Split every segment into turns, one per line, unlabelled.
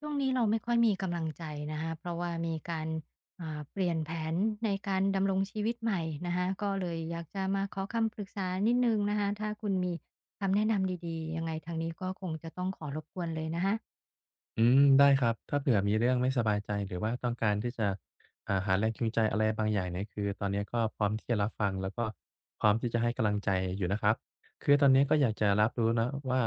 ช่วงนี้เราไม่ค่อยมีกำลังใจนะคะเพราะว่ามีการเปลี่ยนแผนในการดำรงชีวิตใหม่นะคะก็เลยอยากจะมาขอคำปรึกษานิดนึงนะคะถ้าคุณมีคำแนะนำดีๆยังไงทางนี้ก็คงจะต้องขอรบกวนเลยนะคะ
อืมได้ครับถ้าเผื่อมีเรื่องไม่สบายใจหรือว่าต้องการที่จะหาแรงจูงใจอะไรบางอย่างเนี่ยคือตอนนี้ก็พร้อมที่จะรับฟังแล้วก็พร้อมที่จะให้กำลังใจอยู่นะครับคือตอนนี้ก็อยากจะรับรู้นะว่า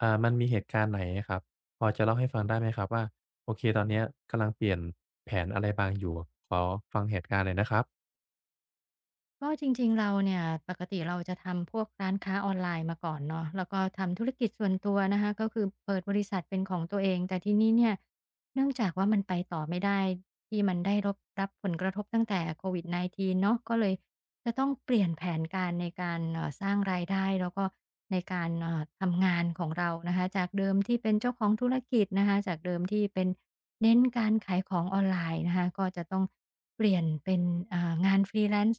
มันมีเหตุการณ์ไหนอะครับพอจะเล่าให้ฟังได้ไหมครับว่าโอเคตอนเนี้ยกำลังเปลี่ยนแผนอะไรบางอยู่ขอฟังเหตุการณ์หน่อยนะครับ
ก็จริงๆเราเนี่ยปกติเราจะทำพวกร้านค้าออนไลน์มาก่อนเนาะแล้วก็ทำธุรกิจส่วนตัวนะคะก็คือเปิดบริษัทเป็นของตัวเองแต่ทีนี้เนี่ยเนื่องจากว่ามันไปต่อไม่ได้ที่มันได้รบรับผลกระทบตั้งแต่ COVID-19เนาะก็เลย จะต้องเปลี่ยนแผนการในการสร้างรายได้แล้วก็ในการทำงานของเรานะคะจากเดิมที่เป็นเจ้าของธุรกิจนะคะจากเดิมที่เป็นเน้นการขายของออนไลน์นะคะก็จะต้องเปลี่ยนเป็นงาน Freelance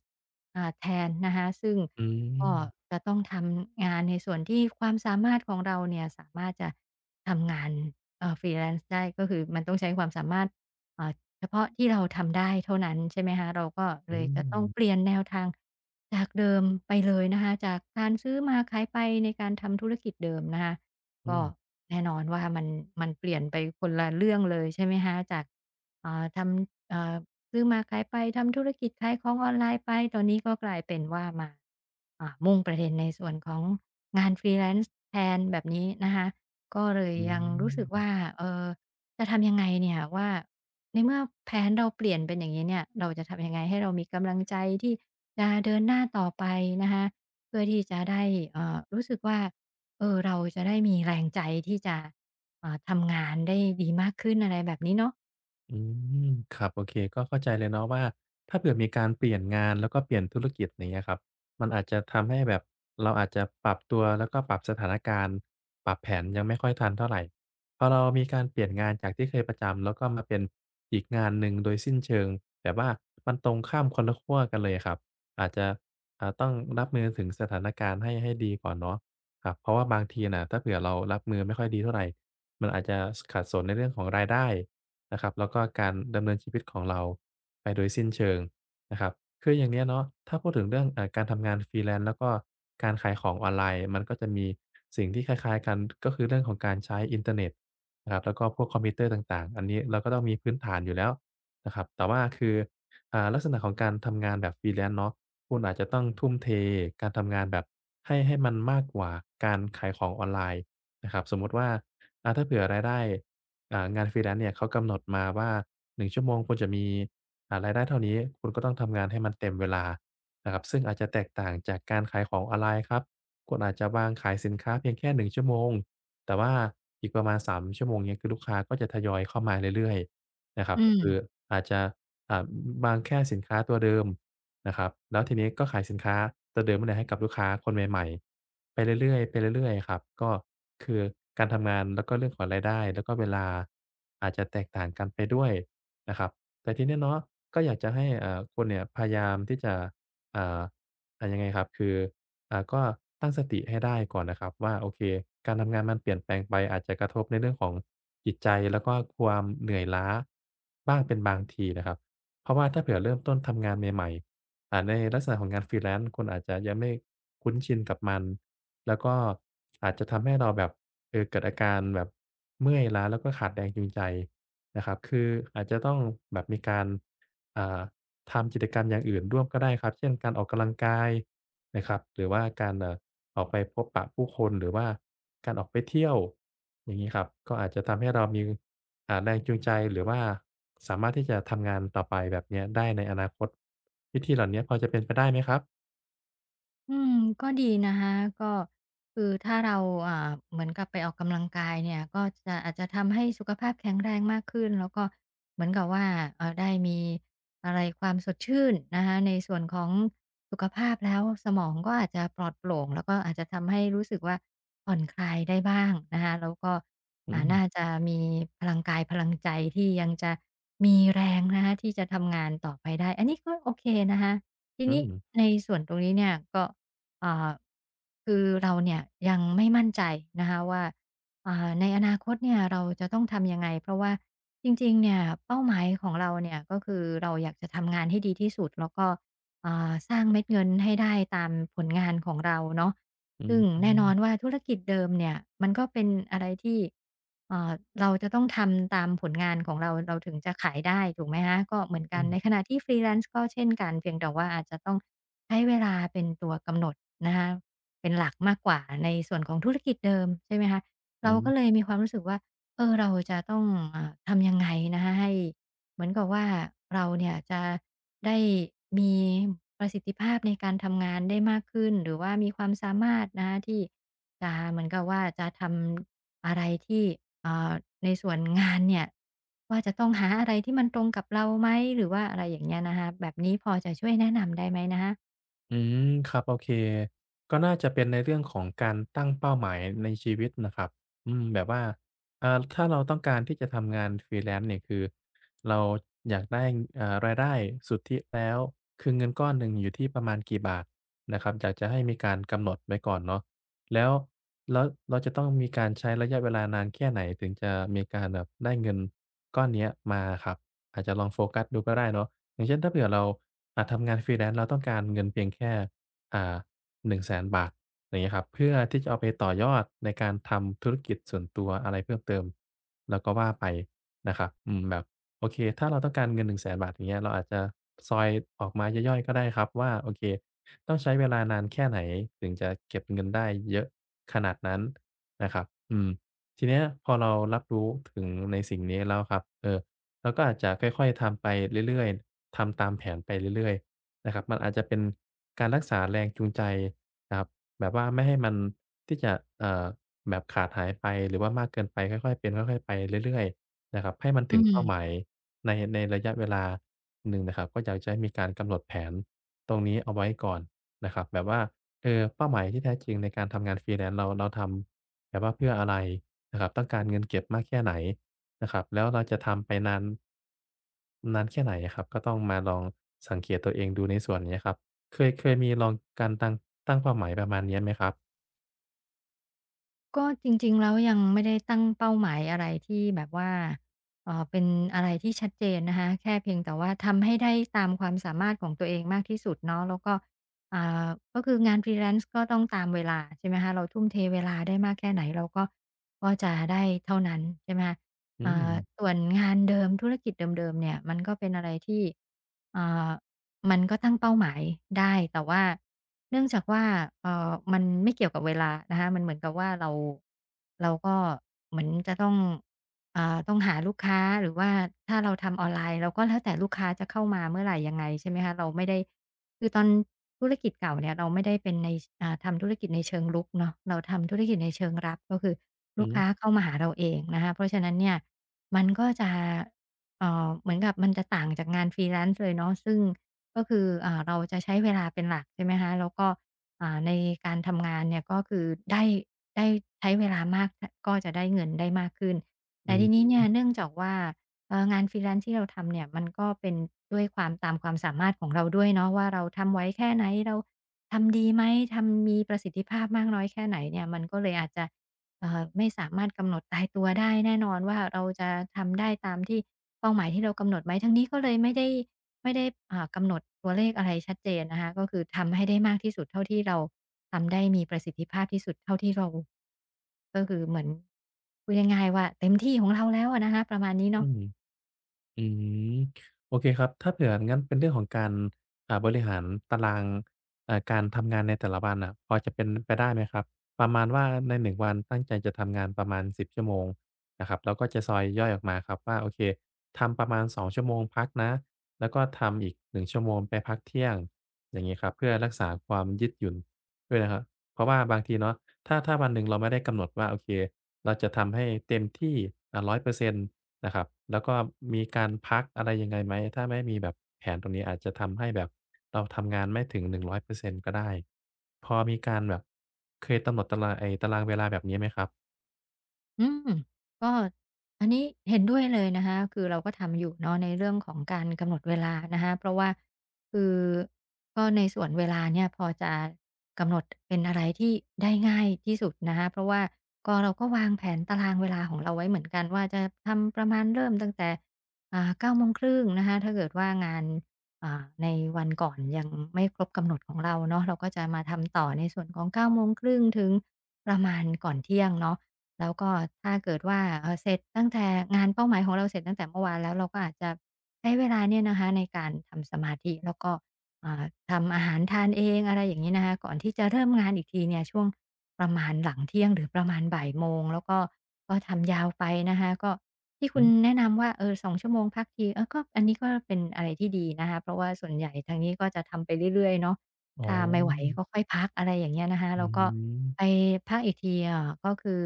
แทนนะคะซึ่ง
อื
ก็
ม
จะต้องทำงานในส่วนที่ความสามารถของเราเนี่ยสามารถจะทำงานFreelance ได้ก็คือมันต้องใช้ความสามารถ เฉพาะที่เราทำได้เท่านั้นใช่ไหมคะเราก็
อื
เลยจะต้องเปลี่
ม
ยนแนวทางจากเดิมไปเลยนะคะจากการซื้อมาขายไปในการทำธุรกิจเดิมนะคะ
อื
ก็
ม
แน่นอนว่ามันเปลี่ยนไปคนละเรื่องเลยใช่ไหมคะจากทำซื้อมาขายไปทำธุรกิจขายของออนไลน์ไปตอนนี้ก็กลายเป็นว่ามามุ่งประเด็นในส่วนของงาน Freelance แทนแบบนี้นะคะก็เลย
อื
ยังรู้สึกว่า
ม
เอ่อจะทำยังไงเนี่ยว่า ในเมื่อแผนเราเปลี่ยนเป็นอย่างงี้เนี่ยเราจะทำยังไงให้เรามีกำลังใจที่จะเดินหน้าต่อไปนะคะ เพื่อที่จะได้รู้สึกว่าเออเราจะได้มีแรงใจที่จะทำงานได้ดีมากขึ้นอะไรแบบนี้เนาะ
อืมครับโอเคก็เข้าใจเลยเนาะว่าถ้าเผื่อมีการเปลี่ยนงานแล้วก็เปลี่ยนธุรกิจอย่างเงี้ยครับมันอาจจะทำให้แบบเราอาจจะปรับตัวแล้วก็ปรับสถานการณ์ปรับแผนยังไม่ค่อยทันเท่าไรพอเรามีการเปลี่ยนงานจากที่เคยประจำแล้วก็มาเป็นอีกงานหนึ่งโดยสิ้นเชิงแต่ว่ามันตรงข้ามคนละขั้วกันเลยครับอาจจะต้องรับมือถึงสถานการณ์ให้ดีก่อนเนาะครับเพราะว่าบางทีน่ะถ้าเผื่อเรารับมือไม่ค่อยดีเท่าไรมันอาจจะสขัดสนในเรื่องของรายได้ นะครับแล้วก็การดำเนินชีวิตของเราไปโดยสิ้นเชิงนะครับคืออย่างเนี้ยเนาะถ้าพูดถึงเรื่องการทำงาน Freelance แล้วก็การขายของออนไลน์มันก็จะมีสิ่งที่คล้ายๆกันก็คือเรื่องของการใช้อินเทอร์เน็ตนะครับแล้วก็พวกคอมพิวเตอร์ต่างๆอันนี้เราก็ต้องมีพื้นฐานอยู่แล้วนะครับแต่ว่าคือลักษณะของการทำงานแบบ Freelance เนาะคุณอาจจะต้องทุ่มเทการทำงานแบบให้มันมากกว่าการขายของออนไลน์นะครับสมมุติว่าถ้าเผื่อรายได้ งาน Freelance เนี่ยเขากำหนดมาว่า1ชั่วโมงคุณจะมีรายได้เท่านี้คุณก็ต้องทำงานให้มันเต็มเวลานะครับซึ่งอาจจะแตกต่างจากการขายของออนไลน์ครับคุณอาจจะวางขายสินค้าเพียงแค่1ชั่วโมงแต่ว่าอีกประมาณ3ชั่วโมงเงี้ยคือลูกค้าก็จะทยอยเข้ามาเรื่อยๆนะครั
อื
บก็คือ
ม
อาจจะอ่าวางแค่สินค้าตัวเดิมนะครับแล้วทีนี้ก็ขายสินค้าตัวเดิมนั่นแหละให้กับลูกค้าคนใหม่ๆไปเรื่อยๆไปเรื่อยๆครับก็ คือการทำงานแล้วก็เรื่องของรายได้แล้วก็เวลาอาจจะแตกต่างกันไปด้วยนะครับแต่ทีเนี้ยเนาะก็อยากจะให้คุณเนี่ยพยายามที่จะอ่ายังไงครับคือก็ตั้งสติให้ได้ก่อนนะครับว่าโอเคการทำงานมันเปลี่ยนแปลงไปอาจจะกระทบในเรื่องของจิตใจแล้วก็ความเหนื่อยล้าบ้างเป็นบางทีนะครับเพราะว่าถ้าเผื่อเริ่มต้นทำงานใหม่ๆในลักษณะของงาน Freelance คุณอาจจะยังไม่คุ้นชินกับมัน แล้วก็อาจจะทำให้เราแบบเกิดอาการแบบเมื่อยล้าแล้วก็ขาดแรงจูงใจนะครับคืออาจจะต้องแบบมีการอ่าทำกิจกรรมอย่างอื่นร่วมก็ได้ครับเช่นการออกกำลังกายนะครับหรือว่าการออกไปพบปะผู้คนหรือว่าการออกไปเที่ยวอย่างงี้ครับก็อาจจะทำให้เรามีแรงจูงใจหรือว่าสามารถที่จะทำงานต่อไปแบบเนี้ยได้ในอนาคตวิธีเหล่าเนี้ยพอจะเป็นไปได้ไหมครับ
อืมก็ดีนะคะก็คือถ้าเราเหมือนกับไปออกกำลังกายเนี่ยก็จะอาจจะทำให้สุขภาพแข็งแรงมากขึ้นแล้วก็เหมือนกับว่าได้มีอะไรความสดชื่นนะคะในส่วนของสุขภาพแล้วสมองก็อาจจะปลอดโปร่งแล้วก็อาจจะทำให้รู้สึกว่าผ่อนคลายได้บ้างนะคะแล้วก็
อืม
น่าจะมีพลังกายพลังใจที่ยังจะมีแรงนะคะที่จะทำงานต่อไปได้อันนี้ก็โอเคนะคะที
อื
นี้
ม
ในส่วนตรงนี้เนี่ยก็ อ่าคือเราเนี่ยยังไม่มั่นใจนะคะว่าในอนาคตเนี่ยเราจะต้องทำยังไงเพราะว่าจริงๆเนี่ยเป้าหมายของเราเนี่ยก็คือเราอยากจะทำงานให้ดีที่สุดแล้วก็สร้างเม็ดเงินให้ได้ตามผลงานของเราเนาะ
อื
ซึ่งแน่นอน
ม
ว่าธุรกิจเดิมเนี่ยมันก็เป็นอะไรที่เอ่าเราจะต้องทำตามผลงานของเราเราถึงจะขายได้ถูกไหมฮะก็เหมือน
อื
กันในข
ม
ณะที่ฟรีแลนซ์ก็เช่นกันเพียงแต่ว่าอาจจะต้อง ให้เวลาเป็นตัวกำหนดนะคะเป็นหลักมากกว่าในส่วนของธุรกิจเดิมใช่ไหมคะเรา
อืม
ก็เลยมีความรู้สึกว่าเออเราจะต้องทำยังไงนะคะให้เหมือนกับว่าเราเนี่ยจะได้มีประสิทธิภาพในการทำงานได้มากขึ้นหรือว่ามีความสามารถนะคะที่จะเหมือนกับว่าจะทำอะไรที่อ่าในส่วนงานเนี่ยว่าจะต้องหาอะไรที่มันตรงกับเราไหมหรือว่าอะไรอย่างเงี้ยนะคะแบบนี้พอจะช่วยแนะนำได้ไหมนะคะ
อืมครับโอเคก็น่าจะเป็นในเรื่องของการตั้งเป้าหมายในชีวิตนะครับอืมแบบว่าถ้าเราต้องการที่จะทำงาน Freelance เนี่ยคือเราอยากได้รายได้สุทธิแล้วคือเงินก้อนหนึ่งอยู่ที่ประมาณกี่บาทนะครับอยากจะให้มีการกำหนดไว้ก่อนเนาะแล้วแล้วเราจะต้องมีการใช้ระยะเวลานานแค่ไหนถึงจะมีการแบบได้เงินก้อนเนี้ยมาอะครับอาจจะลองโฟกัสดูก็ได้เนาะ อย่างเช่นถ้าเผื่อเราทำงาน freelance เราต้องการเงินเพียงแค่อ่า100,000บาทอย่างเงี้ยครับเพื่อที่จะเอาไปต่อยอดในการทำธุรกิจส่วนตัวอะไรเพิ่มเติมแล้วก็ว่าไปนะครับอืมแบบโอเคถ้าเราต้องการเงิน1่งแสนบาทอย่างเงี้ยเราอาจจะซอยออกมาย่อยๆก็ได้ครับว่าโอเคต้องใช้เวลานานแค่ไหนถึงจะเก็บเงินได้เยอะขนาดนั้นนะครับอืมทีเนี้ยพอเรารับรู้ถึงในสิ่งนี้แล้วครับเออ เราก็อาจจะค่อยๆทำไปเรื่อยๆทำตามแผนไปเรื่อยๆนะครับมันอาจจะเป็นการรักษาแรงจูงใจนะครับแบบว่าไม่ให้มันที่จะเอ่อแบบขาดหายไปหรือว่ามากเกินไปค่อยๆเป็นค่อยๆไปเรื่อยๆนะครับให้มัน
อื
ถึงเป้าห
ม
มายในระยะเวลาหนึ่งนะครับก็อยากจะให้มีการกำหนดแผนตรงนี้เอาไว้ก่อนนะครับแบบว่า เป้าหมายที่แท้จริงในการทำงาน Freelance เราทำแบบว่าเพื่ออะไรนะครับต้องการเงินเก็บมากแค่ไหนนะครับแล้วเราจะทำไปนานแค่ไหนอะครับก็ต้องมาลองสังเกตตัวเองดูในส่วนเนี้ยครับเคยมีลองการตั้งเป้าหมายประมาณเนี้ยไหมครับ
ก็จริงๆแล้วยังไม่ได้ตั้งเป้าหมายอะไรที่แบบว่าเป็นอะไรที่ชัดเจนนะคะแค่เพียงแต่ว่าทำให้ได้ตามความสามารถของตัวเองมากที่สุดเนาะแล้วก็อ่าก็คืองาน freelance ก็ต้องตามเวลาใช่ไหมคะเราทุ่มเทเวลาได้มากแค่ไหนเราก็จะได้เท่านั้นใช่ไหมคะ
อืม
อ่าส่วนงานเดิมธุรกิจเดิมๆเนี่ยมันก็เป็นอะไรที่อ่ามันก็ตั้งเป้าหมายได้แต่ว่า เนื่องจากว่ามันไม่เกี่ยวกับเวลานะคะมันเหมือนกับว่าเราก็เหมือนจะต้องต้องหาลูกค้าหรือว่าถ้าเราทำออนไลน์เราก็แล้วแต่ลูกค้าจะเข้ามาเมื่อไหร่ยังไงใช่ไหมคะเราไม่ได้คือตอนธุรกิจเก่าเนี่ยเราไม่ได้เป็นในทำธุรกิจในเชิงรุกเนาะเราทำธุรกิจในเชิงรับก็คือ
อื
ลูก
อฮึ
ค้าเข้ามาหาเราเองนะคะเพราะฉะนั้นเนี่ยมันก็จะเหมือนกับมันจะต่างจากงาน Freelance เลยเนาะซึ่ง ก็คือเราจะใช้เวลาเป็นหลักใช่ไหมคะแล้วก็ในการทำงานเนี่ยก็คือได้ได้ใช้เวลามากทก็จะได้เงินได้มากขึ้นแต่ทีนี้เนี่
อ
ยเนื่องจากว่างาน freelance ที่เราทำเนี่ยมันก็เป็นด้วยความตามความสามารถของเราด้วยเนาะว่าเราทำไหวแค่ไหนเราทำดีไหมทำมีประสิทธิภาพมากน้อยแค่ไหนเนี่ยมันก็เลยอาจจะไม่สามารถกำหนดตายตัวได้แน่นอนว่าเราจะทำได้ตามที่เป้าหมายที่เรากำหนดไหมทางนี้ก็เลยไม่ได้กำหนดตัวเลขอะไรชัดเจนนะคะก็คือทำให้ได้มากที่สุดเท่าที่เราทำได้มีประสิทธิภาพที่สุดเท่าที่เราก็คือเหมือนพูดง่ายๆว่าเต็มที่ของเราแล้วอะนะคะประมาณนี้
ื
เนาะ
ม อืมโอเคครับถ้าเผื่องั้นเป็นเรื่องของการบริหารตารางการทำงานในแต่ละวันน่ะพอจะเป็นไปได้ไหมครับประมาณว่าในหนึ่งวันตั้งใจจะทำงานประมาณ10 ชั่วโมงนะครับแล้วก็จะซอยย่อยออกมาครับว่าโอเคทำประมาณ2 ชั่วโมงพักนะแล้วก็ทำอีก1ชั่วโมงไปพักเที่ยงอย่างงี้ครับเพื่อรักษาความยืดหยุ่นด้วยนะครับเพราะว่าบางทีเนาะถ้าวันหนึ่งเราไม่ได้กำหนดว่าโอเคเราจะทำให้เต็มที่100% นะครับแล้วก็มีการพักอะไรยังไงไหมถ้าไม่มีแบบแผนตรงนี้อาจจะทำให้แบบเราทำงานไม่ถึง100%ก็ได้พอมีการแบบเคยกำหนดตารางไอ้ตารางเวลาแบบนี้ไหมครับ
อืมก็อันนี้เห็นด้วยเลยนะคะคือเราก็ทำอยู่เนาะในเรื่องของการกำหนดเวลานะคะเพราะว่าคือก็ในส่วนเวลาเนี่ยพอจะกำหนดเป็นอะไรที่ได้ง่ายที่สุดนะคะเพราะว่าก็เราก็วางแผนตารางเวลาของเราไว้เหมือนกันว่าจะทำประมาณเริ่มตั้งแต่เก้าโมงครึ่งนะคะถ้าเกิดว่างานในวันก่อนยังไม่ครบกำหนดของเราเนาะเราก็จะมาทำต่อในส่วนของเก้าโมงครึ่งถึงประมาณก่อนเที่ยงเนาะ แล้วก็ถ้าเกิดว่าเสร็จตั้งแต่งานเป้าหมายของเราเสร็จตั้งแต่เมื่อวานแล้วเราก็อาจจะใช้เวลาเนี่ยนะคะในการทำสมาธิแล้วก็อ่าทำอาหารทานเองอะไรอย่างงี้นะคะก่อนที่จะเริ่มงานอีกทีเนี่ยช่วงประมาณหลังเที่ยงหรือประมาณบ่ายโมงแล้วก็ก็ทำยาวไปนะคะก็ที่คุ
อื
ณ
ม
แนะนำว่าเออ2 ชั่วโมงพักทีเออก็อันนี้ก็เป็นอะไรที่ดีนะคะเพราะว่าส่วนใหญ่ทางนี้ก็จะทำไปเรื่อยๆเนาะ
อ๋อ
ถ้าไม่ไหวก็ค่อยพักอะไรอย่างเงี้ยนะคะ
อื
แล้วก็
ม
ไปพักอีกทีก็คือ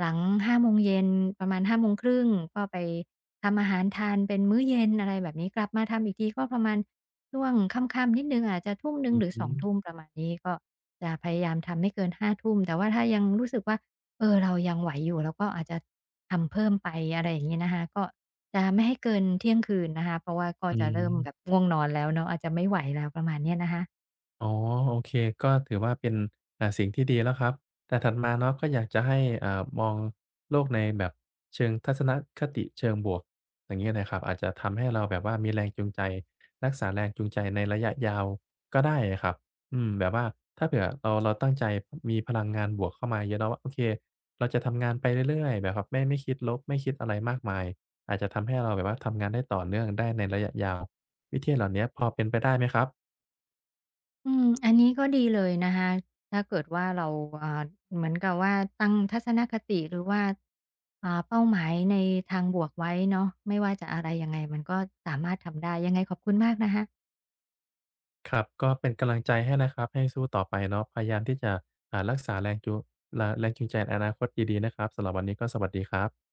หลังหาโมงเย็นประมาณ5:30ก็ไปทำอาหารทานเป็นมื้อเย็นอะไรแบบนี้กลับมาทำอีกทีก็ประมาณช่วงค่ำๆนิดหนึ่งอาจจะทุ่มหนึ่ง
อื
ห
อ
รือส
ฮึ
องทุ่มประมาณนี้ก็จะพยายามทำไม่เกิน5่มแต่ว่าถ้ายังรู้สึกว่าเออเรายังไหวอยู่เราก็อาจจะทำเพิ่มไปอะไรอย่างงี้นะคะก็จะไม่ให้เกินเที่ยงคืนนะคะเพราะว่าก็
อื
จะเริ่มแบบ
ม
ง่วงนอนแล้วเนาะอาจจะไม่ไหวแล้วประมาณเนี้ยนะคะ
อ๋อโอเคก็ถือว่าเป็นสิ่งที่ดีแล้วครับแต่ถัดมาเนาะก็อยากจะให้มองโลกในแบบเชิงทัศนคติเชิงบวกอย่างงี้นะครับอาจจะทำให้เราแบบว่ามีแรงจูงใจรักษาแรงจูงใจในระยะยาวก็ได้อะครับอืมแบบว่าถ้าเผื่อเราตั้งใจมีพลังงานบวกเข้ามาเยอะเนาะว่าโอเคเราจะทำงานไปเรื่อยๆแบบครับไม่คิดลบไม่คิดอะไรมากมายอาจจะทำให้เราแบบว่าทำงานได้ต่อเนื่องได้ในระยะยาววิธีเหล่าเนี้ยพอเป็นไปได้ไหมครับ
อืมอันนี้ก็ดีเลยนะคะถ้าเกิดว่าเราอ่าเหมือนกับว่าตั้งทัศนคติหรือว่าเป้าหมายในทางบวกไว้เนาะไม่ว่าจะอะไรยังไงมันก็สามารถทำได้ยังไงขอบคุณมากนะคะ
ครับก็เป็นกำลังใจให้นะครับให้สู้ต่อไปเนาะพยายามที่จะอ่ารักษาแรงจูราแรงจูงใจในอนาคตดีๆนะครับสำหรับวันนี้ก็สวัสดีครับ